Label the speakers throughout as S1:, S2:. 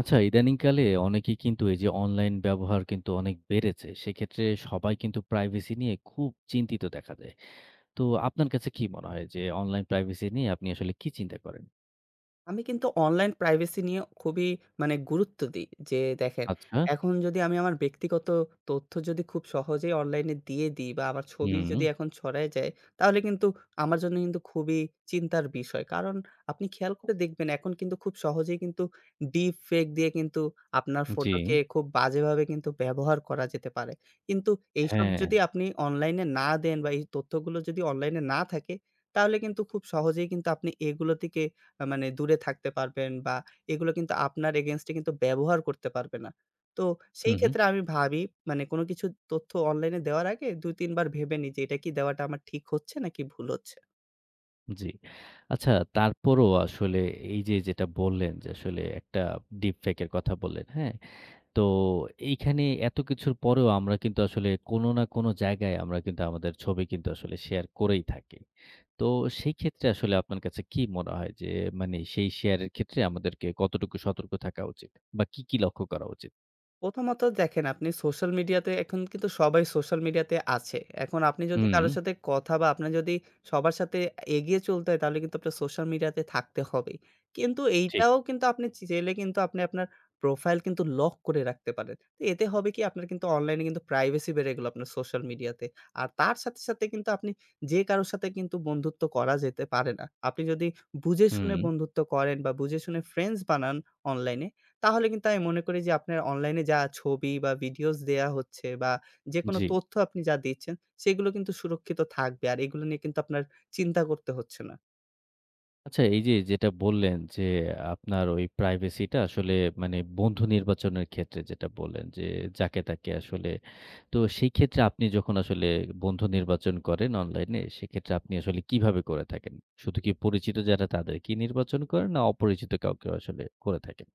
S1: আচ্ছা, ইদানিংকালে অনেকেই কিন্তু এই যে অনলাইন ব্যবহার কিন্তু অনেক বেড়েছে। সেক্ষেত্রে সবাই কিন্তু প্রাইভেসি নিয়ে খুব চিন্তিত দেখা যায়। তো আপনার কাছে কি মনে হয় যে অনলাইন প্রাইভেসি নিয়ে আপনি আসলে কি চিন্তা করেন?
S2: আমি কিন্তু অনলাইন প্রাইভেসি নিয়ে খুবই গুরুত্ব দিই। যে দেখেন,
S1: আচ্ছা,
S2: এখন যদি আমি আমার ব্যক্তিগত তথ্য যদি খুব সহজেই অনলাইনে দিয়ে দিই বা আমার ছবি
S1: হুম,
S2: যদি এখন ছড়ায় যায়, তাহলে কিন্তু আমার জন্য কিন্তু খুবই চিন্তার বিষয়। কারণ আপনি খেয়াল করে দেখবেন এখন কিন্তু খুব সহজেই কিন্তু ডিপ ফেক দিয়ে কিন্তু আপনার
S1: জি,
S2: ফটোকে খুব বাজেভাবে কিন্তু ব্যবহার করা যেতে পারে। কিন্তু এইসব
S1: হ্যাঁ,
S2: যদি আপনি অনলাইনে না দেন বা এই তথ্যগুলো যদি অনলাইনে না থাকে, তাহলে কিন্তু খুব সহজেই কিন্তু আপনি এগুলো থেকে মানে দূরে থাকতে পারবেন বা এগুলো কিন্তু আপনার against এ কিন্তু ব্যবহার করতে পারবে না। তো সেই
S1: হুম, হুম,
S2: ক্ষেত্রে আমি ভাবি মানে কোনো কিছু তথ্য অনলাইনে দেওয়ার আগে ২-৩ বার ভেবে নিই যে, এটা কি দেওয়াটা আমার ঠিক হচ্ছে নাকি ভুল হচ্ছে?
S1: জি। আচ্ছা, তারপরও আসলে এই যে যেটা বললেন যে আসলে একটা ডিপ ফেক এর কথা বললেন, হ্যাঁ? তো এইখানে এত কিছুর পরেও আমরা কিন্তু আসলে কোনো না কোনো জায়গায় আমরা কিন্তু আমাদের ছবি কিন্তু আসলে শেয়ার করেই থাকি। তো সেই ক্ষেত্রে আসলে আপনার কাছে কি মনে হয় যে মানে সেই শেয়ারের ক্ষেত্রে আমাদেরকে কতটুকু সতর্ক থাকা উচিত? বা কি, কি লক্ষ্য করা উচিত?
S2: প্রথমত দেখেন আপনি সোশ্যাল মিডিয়াতে এখন কিন্তু সবাই সোশ্যাল মিডিয়াতে আছে। এখন আপনি যদি
S1: হুম,
S2: কারো সাথে কথা বা আপনার যদি সবার সাথে এগিয়ে চলতে হয় তাহলে কিন্তু আপনার সোশ্যাল মিডিয়াতে থাকতে হবেই। কিন্তু
S1: ঠিক।
S2: এইটাও কিন্তু আপনি চাইলে কিন্তু আপনি আপনার প্রোফাইল কিন্তু লক করে রাখতে পারেন। তো এতে হবে কি আপনার কিন্তু অনলাইনে কিন্তু প্রাইভেসি বেড়ে গেল আপনার সোশ্যাল মিডিয়াতে। আর তার সাথে, সাথে কিন্তু আপনি যে কারো সাথে কিন্তু বন্ধুত্ব করা যেতে পারে না। আপনি যদি বুঝে
S1: হুম,
S2: শুনে বন্ধুত্ব করেন বা বুঝে শুনে ফ্রেন্ডস বানান অনলাইনে তাহলে কিন্তু আমি মনে করি যে আপনার অনলাইনে যা ছবি বা ভিডিওস দেয়া হচ্ছে বা যেকোনো
S1: জি।
S2: তথ্য আপনি যা দিচ্ছেন, সেগুলো কিন্তু সুরক্ষিত থাকবে। আর এগুলো নিয়ে কিন্তু আপনার চিন্তা করতে হচ্ছে না।
S1: আচ্ছা, এই যে যেটা বললেন যে আপনার ওই প্রাইভেসিটা আসলে মানে বন্ধু নির্বাচনের ক্ষেত্রে যেটা বললেন যে যাকে তাকে আসলে, তো সেই ক্ষেত্রে আপনি যখন আসলে বন্ধু নির্বাচন করেন অনলাইনে সেক্ষেত্রে আপনি আসলে কিভাবে করে থাকেন? শুধু কি পরিচিত যারা তাদেরকেই নির্বাচন করেন না অপরিচিত কাউকেও আসলে করে থাকেন?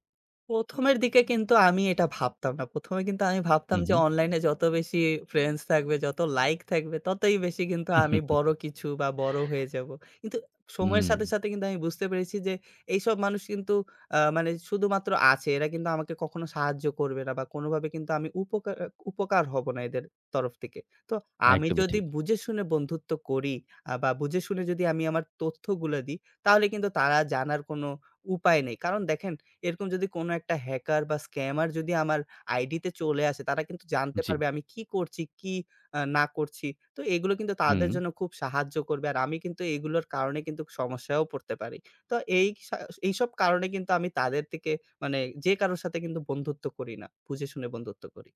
S2: ১ম এর দিকে কিন্তু আমি এটা ভাবতাম না। ১ম এ কিন্তু আমি ভাবতাম যে
S1: হু,
S2: অনলাইনে যত বেশি ফ্রেন্ডস থাকবে, যত লাইক থাকবে, ততই বেশি কিন্তু আমি
S1: হু।
S2: বড় কিছু বা বড় হয়ে যাব। কিন্তু সময়ের
S1: হুম,
S2: সাথে, সাথে কিন্তু আমি বুঝতে পেরেছি যে এইসব মানুষ কিন্তু মানে শুধুমাত্র আছে। এরা কিন্তু আমাকে কখনো সাহায্য করবে না বা কোনোভাবে কিন্তু আমি উপকার হব না এদের তরফ থেকে। তো আমি
S1: একদমই
S2: যদি
S1: ঠিক।
S2: বুঝে শুনে বন্ধুত্ব করি বা বুঝে শুনে যদি আমি আমার তথ্যগুলো দিই, তাহলে কিন্তু তারা জানার কোনো উপায় নেই। কারণ দেখেন এরকম যদি কোনো একটা হ্যাকার বা স্ক্যামার যদি আমার আইডিতে চলে আসে, তারা কিন্তু জানতে
S1: জি।
S2: পারবে আমি কি করছি, কি না করছি। তো এগুলো কিন্তু
S1: হুম,
S2: তাদের জন্য খুব সাহায্য করবে। আর আমি কিন্তু এগুলোর কারণে কিন্তু সমস্যায়ও পড়তে পারি। তো এই সা এইসব কারণে কিন্তু আমি তাদের থেকে মানে যে কারো সাথে কিন্তু বন্ধুত্ব করি না। বুঝে শুনে বন্ধুত্ব করি।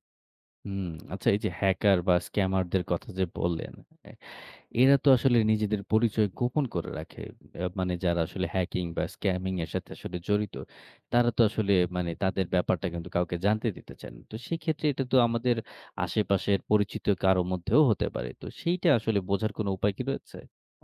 S1: হুম। আচ্ছা, এই যে হ্যাকার বা স্ক্যামারদের কথা যে বললেন, এ এরা তো আসলে নিজেদের পরিচয় গোপন করে রাখে। মানে যারা আসলে হ্যাকিং বা স্ক্যামিং এর সাথে আসলে জড়িত, তারা তো আসলে মানে তাদের ব্যাপারটা কিন্তু কাউকে জানতে দিতে চায় না। তো সেক্ষেত্রে এটা তো আমাদের আশেপাশের পরিচিত কারো মধ্যেও হতে পারে। তো সেইটা আসলে বোঝার কোনো উপায় কি রয়েছে?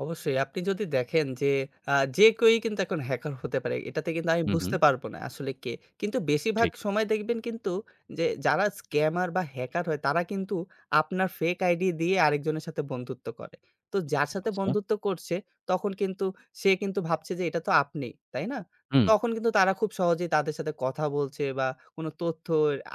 S2: অবশ্যই। আপনি যদি দেখেন যে যে কেউই কিন্তু এখন হ্যাকার হতে পারে। এটাতে কিন্তু আমি
S1: হুম, হুম।
S2: বুঝতে পারব না আসলে কে। কিন্তু বেশিরভাগ
S1: ঠিক।
S2: সময় দেখবেন কিন্তু যে যারা স্ক্যামার বা হ্যাকার হয় তারা কিন্তু আপনার ফেক আইডি দিয়ে আরেকজনের সাথে বন্ধুত্ব করে। তো যার সাথে
S1: আচ্ছা।
S2: বন্ধুত্ব করছে তখন কিন্তু সে কিন্তু ভাবছে যে এটা তো আপনি, তাই না?
S1: হুম,
S2: তখন কিন্তু তারা খুব সহজেই তাদের সাথে কথা বলছে বা কোনো তথ্য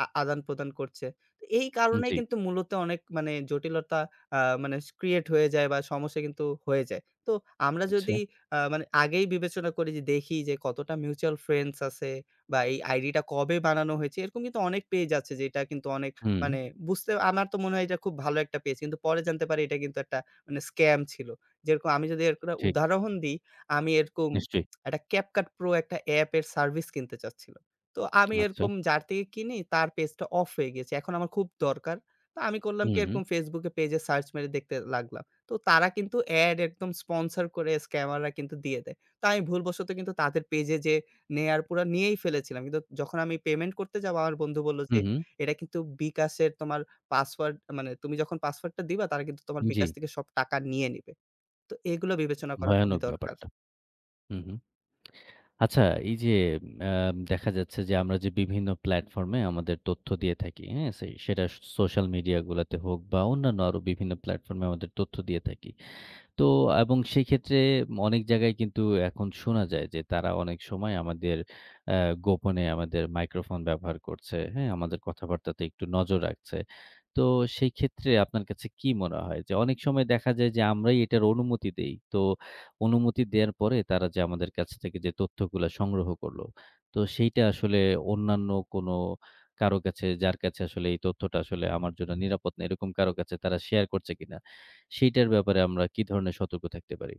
S2: আদান-প্রদান করছে। তো এই কারণেই
S1: জি।
S2: কিন্তু মূলত অনেক মানে জটিলতা মানে ক্রিয়েট হয়ে যায় বা সমস্যা কিন্তু হয়ে যায়। তো আমরা
S1: আচ্ছা।
S2: যদি মানে আগেই বিবেচনা করি যে দেখি যে কতটা মিউচুয়াল ফ্রেন্ডস আছে বা এই আইডিটা কবে বানানো হয়েছে এরকম কিন্তু অনেক পেজ আছে যেটা কিন্তু অনেক
S1: হুম,
S2: মানে বুঝতে আমার তো মনে হয় এটা খুব ভালো একটা পেজ। কিন্তু পরে জানতে পারি এটা কিন্তু একটা মানে স্ক্যাম ছিল। যেরকম আমি যদি এর একটা
S1: ঠিক।
S2: উদাহরণ দিই, আমি এরকম
S1: নিশ্চয়ই।
S2: একটা CapCut Pro একটা অ্যাপ এর সার্ভিস কিনতে চাচ্ছিলাম। তো আমি
S1: আচ্ছা।
S2: এরকম যার থেকে কিনি তার পেজটা অফ হয়ে গিয়েছে। এখন আমার খুব দরকার। তো আমি করলাম কি
S1: হুম,
S2: এরকম Facebook এ পেজে সার্চ মেরে দেখতে লাগলাম। তো তারা কিন্তু এড একদম স্পন্সর করে স্ক্যামাররা কিন্তু দিয়ে দেয়। তো আমি ভুলবশত কিন্তু তাদের পেজে যেয়ে নেয়ার পুরা নিয়েই ফেলেছিলাম। কিন্তু যখন আমি পেমেন্ট করতে যাবো আমার বন্ধু বলল
S1: হুম,
S2: যে,
S1: হুম।
S2: "এটা কিন্তু বিকাশের তোমার পাসওয়ার্ড মানে তুমি যখন পাসওয়ার্ডটা দিবা তারা কিন্তু তোমার
S1: জি।
S2: বিকাশ থেকে সব টাকা নিয়ে নিবে।" তো এগুলো বিবেচনা করা খুবই
S1: ভয়ানক
S2: দরকার।
S1: ব্যাপারটা। হুম, হুম। আচ্ছা, এই যে দেখা যাচ্ছে যে আমরা যে বিভিন্ন প্ল্যাটফর্মে আমাদের তথ্য দিয়ে থাকি, হ্যাঁ? সেটা সোশ্যাল মিডিয়াগুলাতে হোক বা অন্যান্য আরো বিভিন্ন প্ল্যাটফর্মে আমাদের তথ্য দিয়ে থাকি। তো এবং সেক্ষেত্রে অনেক জায়গায় কিন্তু এখন শোনা যায় যে তারা অনেক সময় আমাদের আ গোপনে আমাদের মাইক্রোফোন ব্যবহার করছে। হ্যাঁ? আমাদের কথাবার্তাতে একটু নজর রাখছে। তো সেই ক্ষেত্রে আপনার কাছে কি মনে হয় যে অনেক সময় দেখা যায় যে আমরাই এটার অনুমতি দেই। তো অনুমতি দেয়ার পরে তারা যে আমাদের কাছ থেকে যে তথ্যগুলা সংগ্রহ করলো, তো সেইটা আসলে অন্যান্য কোনো কারো কাছে যার কাছে আসলে এই তথ্যটা আসলে আমার জন্য নিরাপদ না এরকম কারো কাছে তারা শেয়ার করছে কিনা? সেইটার ব্যাপারে আমরা কি ধরনের সতর্ক থাকতে পারি?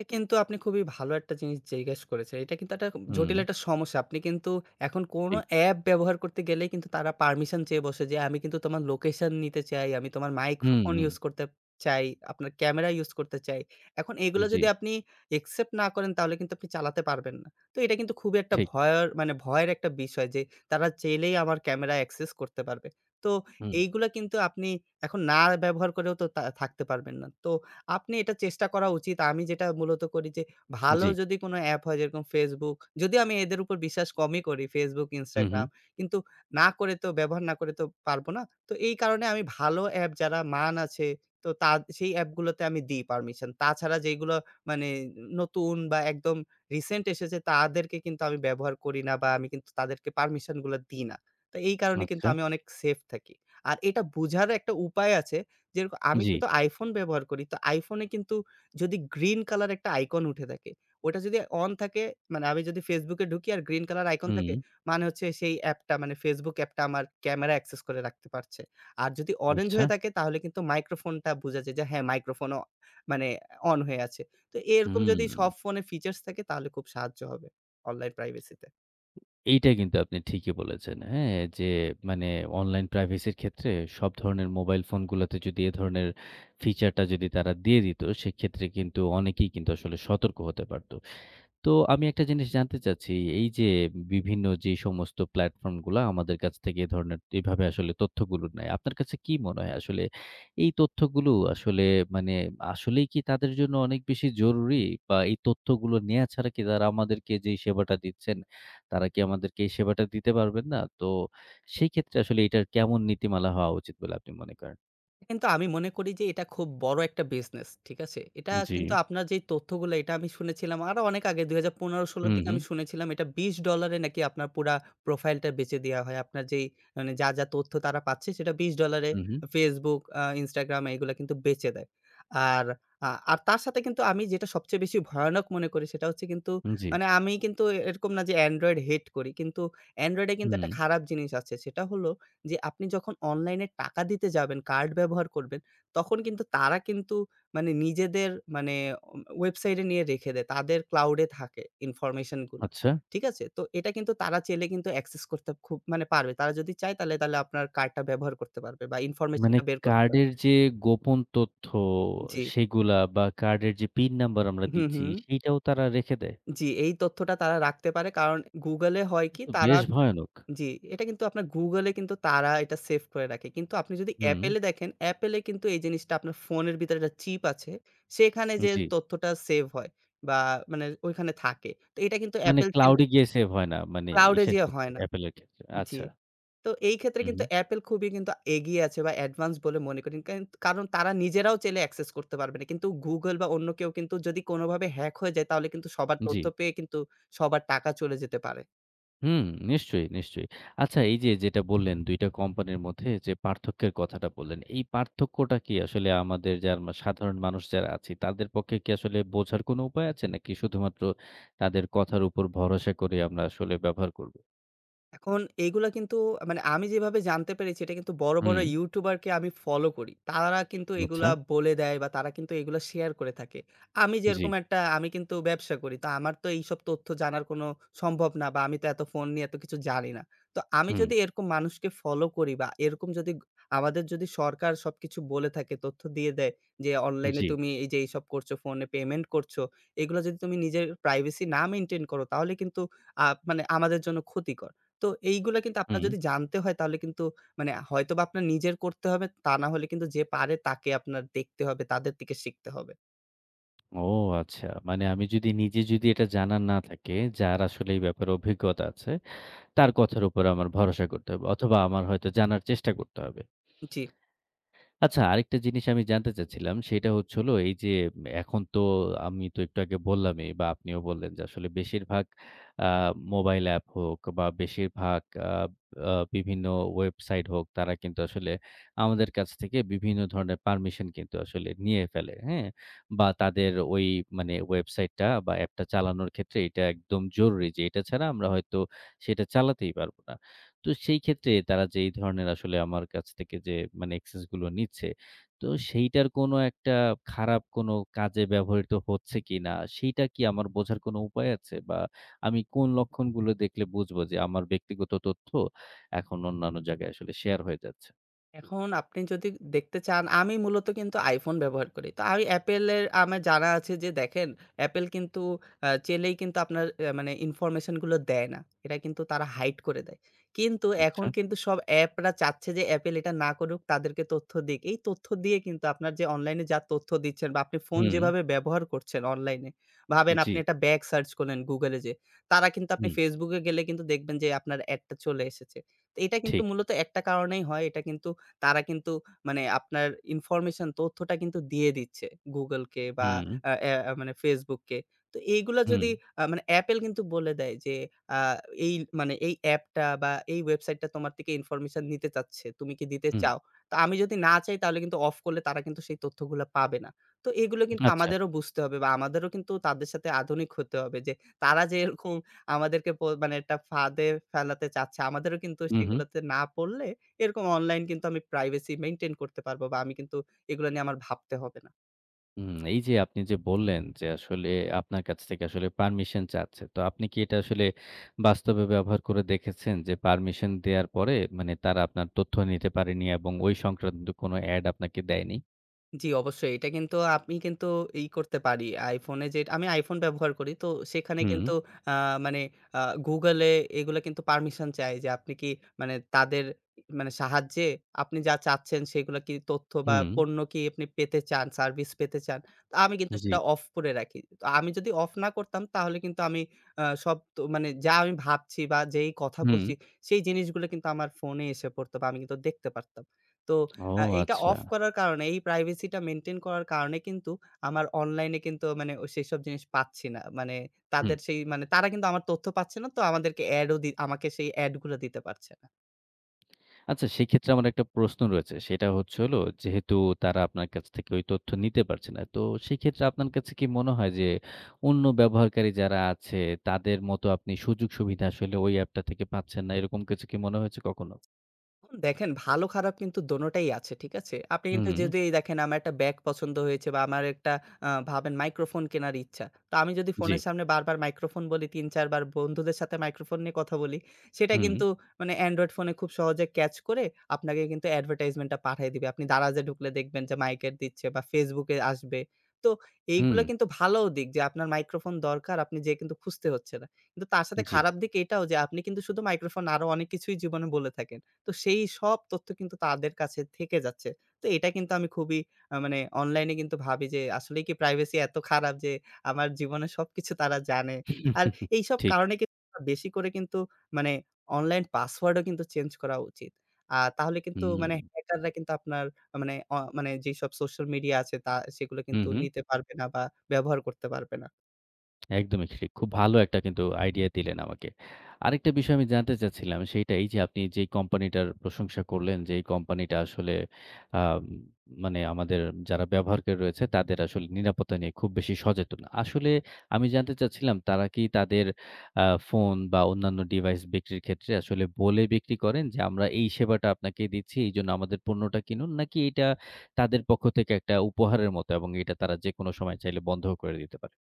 S2: এটা কিন্তু আপনি খুবই ভালো একটা জিনিস জিজ্ঞেস করেছেন। এটা কিন্তু একটা
S1: হুম,
S2: জটিল একটা সমস্যা। আপনি কিন্তু এখন কোনো
S1: ঠিক।
S2: অ্যাপ ব্যবহার করতে গেলেই কিন্তু তারা পারমিশন চেয়ে বসে যে, "আমি কিন্তু তোমার লোকেশন নিতে চাই, আমি তোমার
S1: হুম,
S2: মাইক্রোফোন
S1: হুম।
S2: ইউজ করতে চাই, আপনার ক্যামেরা ইউজ করতে চাই।" এখন এগুলো
S1: জি,
S2: যদি আপনি অ্যাকসেপ্ট না করেন তাহলে কিন্তু আপনি চালাতে পারবেন না। তো এটা কিন্তু খুবই একটা
S1: ঠিক।
S2: ভয়ের মানে ভয়ের একটা বিষয় যে, তারা চাইলেই আমার ক্যামেরা অ্যাক্সেস করতে পারবে। তো
S1: হুম,
S2: এইগুলা কিন্তু আপনি এখন না ব্যবহার করেও তো তা থাকতে পারবেন না। তো আপনি এটা চেষ্টা করা উচিত। আমি যেটা মূলত করি যে ভালো
S1: জি।
S2: যদি কোনো অ্যাপ হয় যেরকম Facebook, যদিও আমি এদের উপর বিশ্বাস কমই করি Facebook,
S1: হুম, হুম।
S2: Instagram কিন্তু না করে তো ব্যবহার না করে তো পারব না। তো এই কারণে আমি ভালো অ্যাপ যারা মান আছে তো সেই অ্যাপগুলোতে আমি দিই পারমিশন। তাছাড়া যেগুলো মানে নতুন বা একদম রিসেন্ট এসেছে তাদেরকে কিন্তু আমি ব্যবহার করি না বা আমি কিন্তু তাদেরকে পারমিশন গুলো দিই না। তো এই কারণে কিন্তু
S1: আচ্ছা।
S2: আমি অনেক সেফ থাকি। আর এটা বুঝারও একটা উপায় আছে যেরকম আমি
S1: জি।
S2: কিন্তু iPhone ব্যবহার করি। তো iPhone এ কিন্তু যদি গ্রিন কালার একটা আইকন উঠে থাকে, ওটা যদি অন থাকে মানে আমি যদি Facebook এ ঢুকি আর গ্রিন কালার আইকন
S1: হুম,
S2: থাকে, মানে হচ্ছে সেই অ্যাপটা মানে Facebook অ্যাপটা আমার ক্যামেরা অ্যাক্সেস করে রাখতে পারছে। আর যদি অরেঞ্জ
S1: আচ্ছা।
S2: হয়ে থাকে তাহলে কিন্তু মাইক্রোফোনটা বোঝা যায় যে হ্যাঁ, মাইক্রোফোনও মানে অন হয়ে আছে। তো এরকম যদি
S1: হুম।
S2: সব ফোনে ফিচার্স থাকে তাহলে খুব সাহায্য হবে অনলাইন প্রাইভেসিতে।
S1: এইটা কিন্তু আপনি ঠিকই বলেছেন। হ্যাঁ, যে মানে অনলাইন প্রাইভেসির ক্ষেত্রে সব ধরনের মোবাইল ফোনগুলাতে যদি এ ধরনের ফিচারটা যদি তারা দিয়ে দিত, সেক্ষেত্রে কিন্তু অনেকেই কিন্তু আসলে সতর্ক হতে পারত। তো আমি একটা জিনিস জানতে চাচ্ছি, এই যে বিভিন্ন যে সমস্ত প্ল্যাটফর্ম গুলা আমাদের কাছ থেকে এ ধরনের এভাবে আসলে তথ্যগুলো নেয়। আপনার কাছে কি মনে হয় আসলে এই তথ্যগুলো আসলে মানে আসলেই কি তাদের জন্য অনেক বেশি জরুরি? বা এই তথ্যগুলো নেয়া ছাড়া কি তারা আমাদেরকে যেই সেবাটা দিচ্ছেন, তারা কি আমাদেরকে এই সেবাটা দিতে পারবেন না? তো সেই ক্ষেত্রে আসলে এটার কেমন নীতিমালা হওয়া উচিত বলে আপনি মনে করেন?
S2: কিন্তু আমি মনে করি যে এটা খুব বড় একটা বিজনেস। ঠিক আছে? এটা
S1: জি।
S2: কিন্তু আপনার যেই তথ্যগুলা এটা আমি শুনেছিলাম আরো অনেক আগে ২০১৫-১৬ র
S1: হুম,
S2: দিকে
S1: হুম।
S2: আমি শুনেছিলাম এটা $20 এ নাকি আপনার পুরা প্রোফাইলটা বেচে দেয়া হয়। আপনার যেই মানে যা, যা তথ্য তারা পাচ্ছে সেটা $20 এ
S1: হুম, হুম।
S2: Facebook, Instagram এগুলা কিন্তু বেচে দেয়। আর আর তার সাথে কিন্তু আমি যেটা সবচেয়ে বেশি ভয়ানক মনে করি সেটা হচ্ছে কিন্তু
S1: জি।
S2: মানে আমি কিন্তু এরকম না যে Android হেট করি। কিন্তু Android এ কিন্তু
S1: হুম।
S2: একটা খারাপ জিনিস আছে। সেটা হল যে আপনি যখন অনলাইনে টাকা দিতে যাবেন, কার্ড ব্যবহার করবেন, তখন কিন্তু তারা কিন্তু মানে নিজেদের মানে ওয়েবসাইটে নিয়ে রেখে দেয়। তাদের ক্লাউড এ থাকে ইনফরমেশন গুলা।
S1: আচ্ছা।
S2: ঠিক আছে? তো এটা কিন্তু তারা চাইলে কিন্তু অ্যাক্সেস করতে খুব মানে পারবে। তারা যদি চায় তাহলে, আপনার কার্ডটা ব্যবহার করতে পারবে বা
S1: মানে
S2: ইনফরমেশনটা বের করতে পারবে।
S1: কার্ডের যে গোপন তথ্য
S2: জি।
S1: সেগুলা বা কার্ডের যে পিন নাম্বার আমরা
S2: হুম,
S1: দিচ্ছি
S2: হুম।
S1: সেইটাও তারা রেখে দেয়।
S2: জি, এই তথ্যটা তারা রাখতে পারে। কারণ Google এ হয়
S1: এটা
S2: কি
S1: তো
S2: তারা
S1: বেশ ভয়ানক।
S2: জি, এটা কিন্তু আপনার Google-এ কিন্তু তারা এটা সেভ করে রাখে। কিন্তু আপনি যদি
S1: হুম,
S2: Apple-এ দেখেন, Apple-এ কিন্তু এই জিনিসটা আপনার ফোনের ভিতরে একটা চিপ আছে। সেখানে যে
S1: জি।
S2: তথ্যটা সেভ হয় বা মানে ওইখানে থাকে। তো এটা কিন্তু
S1: মানে
S2: Apple
S1: ক্লাউড
S2: চাইলে
S1: এ গিয়ে সেভ হয় না। মানে
S2: cloud-এ
S1: ইসের
S2: যেয়ে
S1: ক্ষেত্রে
S2: হয় না।
S1: Apple এর ক্ষেত্রে।
S2: জি।
S1: আচ্ছা।
S2: তো এই ক্ষেত্রে
S1: হু, হু।
S2: কিন্তু Apple খুবই কিন্তু এগিয়ে আছে বা অ্যাডভান্স বলে মনে করি। কারণ কারণ তারা নিজেরাও চাইলে access করতে পারবে না। কিন্তু Google বা অন্য কেউ কিন্তু যদি কোনোভাবে হ্যাক হয়ে যায় তাহলে কিন্তু সবার
S1: জি।
S2: তথ্য পেয়ে কিন্তু সবার টাকা চলে যেতে পারে।
S1: হুম, নিশ্চয়ই, নিশ্চয়ই। আচ্ছা, এই যে যেটা বললেন ২ টা কোম্পানির মধ্যে যে পার্থক্যের কথাটা বললেন, এই পার্থক্যটা কি আসলে আমাদের যার মা সাধারণ মানুষ যারা আছি তাদের পক্ষে কি আসলে বোঝার কোনো উপায় আছে? নাকি শুধুমাত্র তাদের কথার উপর ভরসা করে আমরা আসলে ব্যবহার করব?
S2: এখন এগুলা কিন্তু মানে আমি যেভাবে জানতে পেরেছি এটা কিন্তু বড়, বড়
S1: হুম,
S2: ইউটিউবারকে আমি ফলো করি। তারা কিন্তু
S1: আচ্ছা।
S2: এগুলা বলে দেয় বা তারা কিন্তু এগুলা শেয়ার করে থাকে। আমি
S1: জি,
S2: যেরকম একটা আমি কিন্তু ব্যবসা করি। তো আমার তো এইসব তথ্য জানার কোনো সম্ভব না বা আমি তো এত ফোন নিয়ে এত কিছু জানি না। তো আমি
S1: হুম,
S2: যদি এরকম মানুষকে ফলো করি বা এরকম যদি আমাদের যদি সরকার সবকিছু বলে থাকে, তথ্য দিয়ে দেয় যে অনলাইনে
S1: জি,
S2: তুমি এই যে এইসব করছো, ফোনে পেমেন্ট করছো, এগুলা যদি তুমি নিজের প্রাইভেসি না মেইনটেইন করো তাহলে কিন্তু মানে আমাদের জন্য ক্ষতিকর। তো এইগুলা কিন্তু আপনার
S1: হুম।
S2: যদি জানতে হয় তাহলে কিন্তু মানে হয়তোবা আপনার নিজের করতে হবে। তা না হলে কিন্তু যে পারে তাকে আপনার দেখতে হবে, তাদের থেকে শিখতে হবে।
S1: ও আচ্ছা। মানে আমি যদি নিজে যদি এটা জানা না থাকে, যার আসলে এই ব্যাপারে অভিজ্ঞতা আছে, তার কথার উপর আমার ভরসা করতে হবে। অথবা আমার হয়তো জানার চেষ্টা করতে হবে।
S2: জি।
S1: আচ্ছা, আরেকটা জিনিস আমি জানতে চাচ্ছিলাম সেটা হচ্ছে হলো এই যে এখন তো আমি তো একটু আগে বললামই বা আপনিও বললেন যে আসলে বেশিরভাগ আ মোবাইল অ্যাপ হোক বা বেশিরভাগ আ আ বিভিন্ন ওয়েবসাইট হোক তারা কিন্তু আসলে আমাদের কাছ থেকে বিভিন্ন ধরনের পারমিশন কিন্তু আসলে নিয়ে ফেলে। হ্যাঁ? বা তাদের ওই মানে ওয়েবসাইটটা বা অ্যাপটা চালানোর ক্ষেত্রে এটা একদম জরুরি যে এটা ছাড়া আমরা হয়তো সেটা চালাতেই পারব না। তো সেই ক্ষেত্রে তারা যে এই ধরনের আসলে আমার কাছ থেকে যে মানে এক্সেস গুলো নিচ্ছে, তো সেইটার কোনো একটা খারাপ কোনো কাজে ব্যবহৃত হচ্ছে কিনা, সেইটা কি আমার বোঝার কোনো উপায় আছে? বা আমি কোন লক্ষণগুলো দেখলে বুঝবো যে আমার ব্যক্তিগত তথ্য এখন অন্যান্য জায়গায় আসলে শেয়ার হয়ে যাচ্ছে?
S2: এখন আপনি যদি দেখতে চান, আমি মূলত কিন্তু iPhone ব্যবহার করি। তো আমি Apple এর আমার জানা আছে যে দেখেন Apple কিন্তু চাইলেই কিন্তু আপনার মানে ইনফরমেশন গুলো দেয় না। এটা কিন্তু তারা হাইড করে দেয়। কিন্তু
S1: আচ্ছা।
S2: এখন কিন্তু সব অ্যাপরা চাচ্ছে যে Apple এটা না করুক, তাদেরকে তথ্য দিক। এই তথ্য দিয়ে কিন্তু আপনার যে অনলাইনে যা তথ্য দিচ্ছেন বা আপনি ফোন
S1: হুম,
S2: যেভাবে ব্যবহার করছেন অনলাইনে, ভাবেন
S1: জি,
S2: আপনি একটা ব্যাগ সার্চ করলেন Google এ যেয়ে, তারা কিন্তু আপনি
S1: হুম,
S2: Facebook এ গেলে কিন্তু দেখবেন যে আপনার অ্যাডটা চলে এসেছে। তো এটা কিন্তু
S1: ঠিক।
S2: মূলত একটা কারণেই হয়। এটা কিন্তু তারা কিন্তু মানে আপনার ইনফরমেশন তথ্যটা কিন্তু দিয়ে দিচ্ছে Google-কে বা
S1: হুম,
S2: আ অ্যা আ মানে Facebook-কে। তো এইগুলা
S1: হুম,
S2: যদি মানে Apple কিন্তু বলে দেয় যে আ এই মানে এই অ্যাপটা বা এই ওয়েবসাইটটা তোমার থেকে ইনফরমেশন নিতে চাচ্ছে। তুমি কি দিতে
S1: হুম,
S2: চাও? তো আমি যদি না চাই তাহলে কিন্তু অফ করলে তারা কিন্তু সেই তথ্যগুলা পাবে না। তো এগুলো কিন্তু
S1: আচ্ছা।
S2: আমাদেরও বুঝতে হবে বা আমাদেরও কিন্তু তাদের সাথে আধুনিক হতে হবে যে তারা যে এরকম আমাদেরকে মানে একটা ফাঁদে ফেলাতে চাচ্ছে আমাদেরও কিন্তু
S1: হু, হু।
S2: সেগুলোতে না পড়লে এরকম অনলাইন কিন্তু আমি প্রাইভেসি মেইনটেইন করতে পারবো বা আমি কিন্তু এগুলা নিয়ে আমার ভাবতে হবে না।
S1: হুম, এই যে আপনি যে বললেন যে আসলে আপনার কাছ থেকে আসলে পারমিশন চাচ্ছে। তো আপনি কি এটা আসলে বাস্তবে ব্যবহার করে দেখেছেন যে পারমিশন দেওয়ার পরে মানে তারা আপনার তথ্য নিতে পারেনি এবং ওই সংক্রান্ত কোনো অ্যাড আপনাকে দেয়নি?
S2: জি, অবশ্যই। এটা কিন্তু আমি কিন্তু করতে পারি। iPhone এ যে আমি iPhone ব্যবহার করি। তো সেখানে
S1: হুম,
S2: কিন্তু আ মানে আ Google এ এগুলা কিন্তু পারমিশন চায় যে আপনি কি মানে তাদের মানে সাহায্যে আপনি যা চাচ্ছেন সেগুলা কি তথ্য বা
S1: হুম,
S2: পণ্য কি আপনি পেতে চান, সার্ভিস পেতে চান। তো আমি কিন্তু
S1: জি,
S2: সেটা অফ করে রাখি। তো আমি যদি অফ না করতাম তাহলে কিন্তু আমি সব তো মানে যা আমি ভাবছি বা যেই কথা
S1: হুম।
S2: বলছি সেই জিনিসগুলো কিন্তু আমার ফোনে এসে পড়তো বা আমি কিন্তু দেখতে পারতাম। তো
S1: ও
S2: এইটা
S1: আচ্ছা।
S2: অফ করার কারণে এই privacy টা মেইনটেইন করার কারণে কিন্তু আমার অনলাইনে কিন্তু মানে ও সেসব জিনিস পাচ্ছি না। মানে
S1: হুম।
S2: তাদের সেই মানে তারা কিন্তু আমার তথ্য পাচ্ছে না। তো আমাদেরকে এড ও দি আমাকে সেই এড গুলো দিতে পারছে না।
S1: আচ্ছা, সেক্ষেত্রে আমার একটা প্রশ্ন রয়েছে। সেটা হচ্ছে হলো যেহেতু তারা আপনার কাছ থেকে ওই তথ্য নিতে পারছে না। তো সেক্ষেত্রে আপনার কাছে কি মনে হয় যে অন্য ব্যবহারকারী যারা আছে তাদের মতো আপনি সুযোগ সুবিধা আসলে ওই অ্যাপটা থেকে পাচ্ছেন না এরকম কিছু কি মনে হয়েছে কখনো?
S2: এখন দেখেন ভালো খারাপ কিন্তু দোনোটাই আছে, ঠিক আছে? আপনি কিন্তু
S1: হুম,
S2: যদি এই দেখেন আমার একটা ব্যাগ পছন্দ হয়েছে বা আমার একটা ভাবেন মাইক্রোফোন কেনার ইচ্ছা। তো আমি যদি
S1: জি।
S2: ফোনের সামনে বারবার মাইক্রোফোন বলি ৩-৪ বার বন্ধুদের সাথে মাইক্রোফোন নিয়ে কথা বলি, সেটা
S1: হুম,
S2: কিন্তু মানে অ্যান্ড্রয়েড ফোনে খুব সহজে ক্যাচ করে আপনাকে কিন্তু অ্যাডভার্টাইজমেন্টটা পাঠায় দিবে। আপনি Daraz এ ঢুকলে দেখবেন যে মাইক এর দিচ্ছে বা Facebook এ আসবে। তো
S1: হুম,
S2: এইগুলা কিন্তু ভালোও দিক যে আপনার মাইক্রোফোন দরকার আপনি যেয়ে কিন্তু খুঁজতে হচ্ছে না। কিন্তু তার সাথে
S1: জি।
S2: খারাপ দিক এটাও যে আপনি কিন্তু শুধু মাইক্রোফোন না আরো অনেক কিছুই জীবনে বলে থাকেন। তো সেই সব তথ্য কিন্তু তাদের কাছে থেকে যাচ্ছে। তো এটা কিন্তু আমি খুবই মানে অনলাইনে কিন্তু ভাবি যে আসলেই কি প্রাইভেসি এত খারাপ যে আমার জীবনের সবকিছু তারা জানে। আর এইসব
S1: ঠিক।
S2: কারণে কিন্তু আমার বেশি করে কিন্তু মানে অনলাইন পাসওয়ার্ডও কিন্তু চেঞ্জ করা উচিত। তাহলে কিন্তু
S1: হুম,
S2: মানে হ্যাকাররা কিন্তু আপনার মানে মানে যেসব সোশ্যাল মিডিয়া আছে সেগুলো
S1: হু,
S2: কিন্তু
S1: হু।
S2: নিতে পারবে না বা ব্যবহার করতে পারবে না।
S1: একদমই ঠিক। খুব ভালো একটা কিন্তু আইডিয়া দিলেন আমাকে। আরেকটা বিষয় আমি জানতে চাচ্ছিলাম সেইটা এই যে আপনি যেই কোম্পানিটার প্রশংসা করলেন যে এই কোম্পানিটা আসলে আম মানে আমাদের যারা ব্যবহারকারী রয়েছে তাদের আসলে নিরাপত্তা নিয়ে খুব বেশি সচেতন। আসলে আমি জানতে চাচ্ছিলাম তারা কি তাদের ফোন বা অন্যান্য ডিভাইস বিক্রির ক্ষেত্রে আসলে বলে বিক্রি করেন যে আমরা এই সেবাটা আপনাকে দিচ্ছি এইজন্য আমাদের পণ্যটা কিনুন নাকি এটা তাদের পক্ষ থেকে একটা উপহারের মতো এবং এটা তারা যেকোনো সময় চাইলে বন্ধও করে দিতে পারে?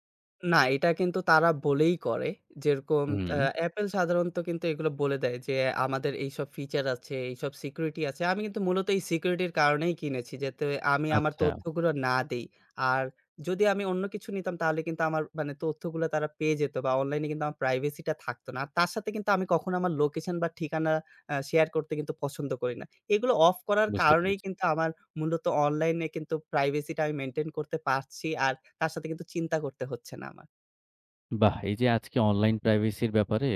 S2: না, এটা কিন্তু তারা বলেই করে। যেরকম
S1: হুম।
S2: আ Apple সাধারণত কিন্তু এগুলো বলে দেয় যে, আমাদের এইসব ফিচার আছে, এইসব সিকিউরিটি আছে। আমি কিন্তু মূলত এই সিকিউরিটির কারণেই কিনেছি, যাতে আমি আমার
S1: আচ্ছা,
S2: তথ্যগুলো না দেই। আর যদি আমি অন্য কিছু নিতাম তাহলে কিন্তু আমার মানে তথ্যগুলো তারা পেয়ে যেত বা অনলাইনে কিন্তু আমার প্রাইভেসি টা থাকতো না। আর তার সাথে কিন্তু আমি কখনো আমার লোকেশন বা ঠিকানা শেয়ার করতে কিন্তু পছন্দ করি না। এগুলো অফ করার
S1: বুঝতে
S2: কারণেই
S1: পেরেছি।
S2: কিন্তু আমার মূলত অনলাইনে কিন্তু প্রাইভেসি টা আমি মেইনটেইন করতে পারছি। আর তার সাথে কিন্তু চিন্তা করতে হচ্ছে না আমার।
S1: বাহ! এই যে আজকে অনলাইন প্রাইভেসি এর ব্যাপারে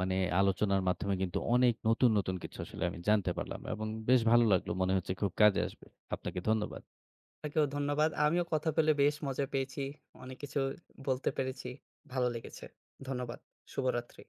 S1: মানে আলোচনার মাধ্যমে কিন্তু অনেক নতুন, নতুন কিছু আসলে আমি জানতে পারলাম এবং বেশ ভালো লাগলো। মনে হচ্ছে খুব কাজে আসবে। আপনাকে ধন্যবাদ।
S2: আপনাকেও ধন্যবাদ। আমিও কথা বলে বেশ মজা পেয়েছি। অনেক কিছু বলতে পেরেছি। ভালো লেগেছে। ধন্যবাদ। শুভরাত্রি।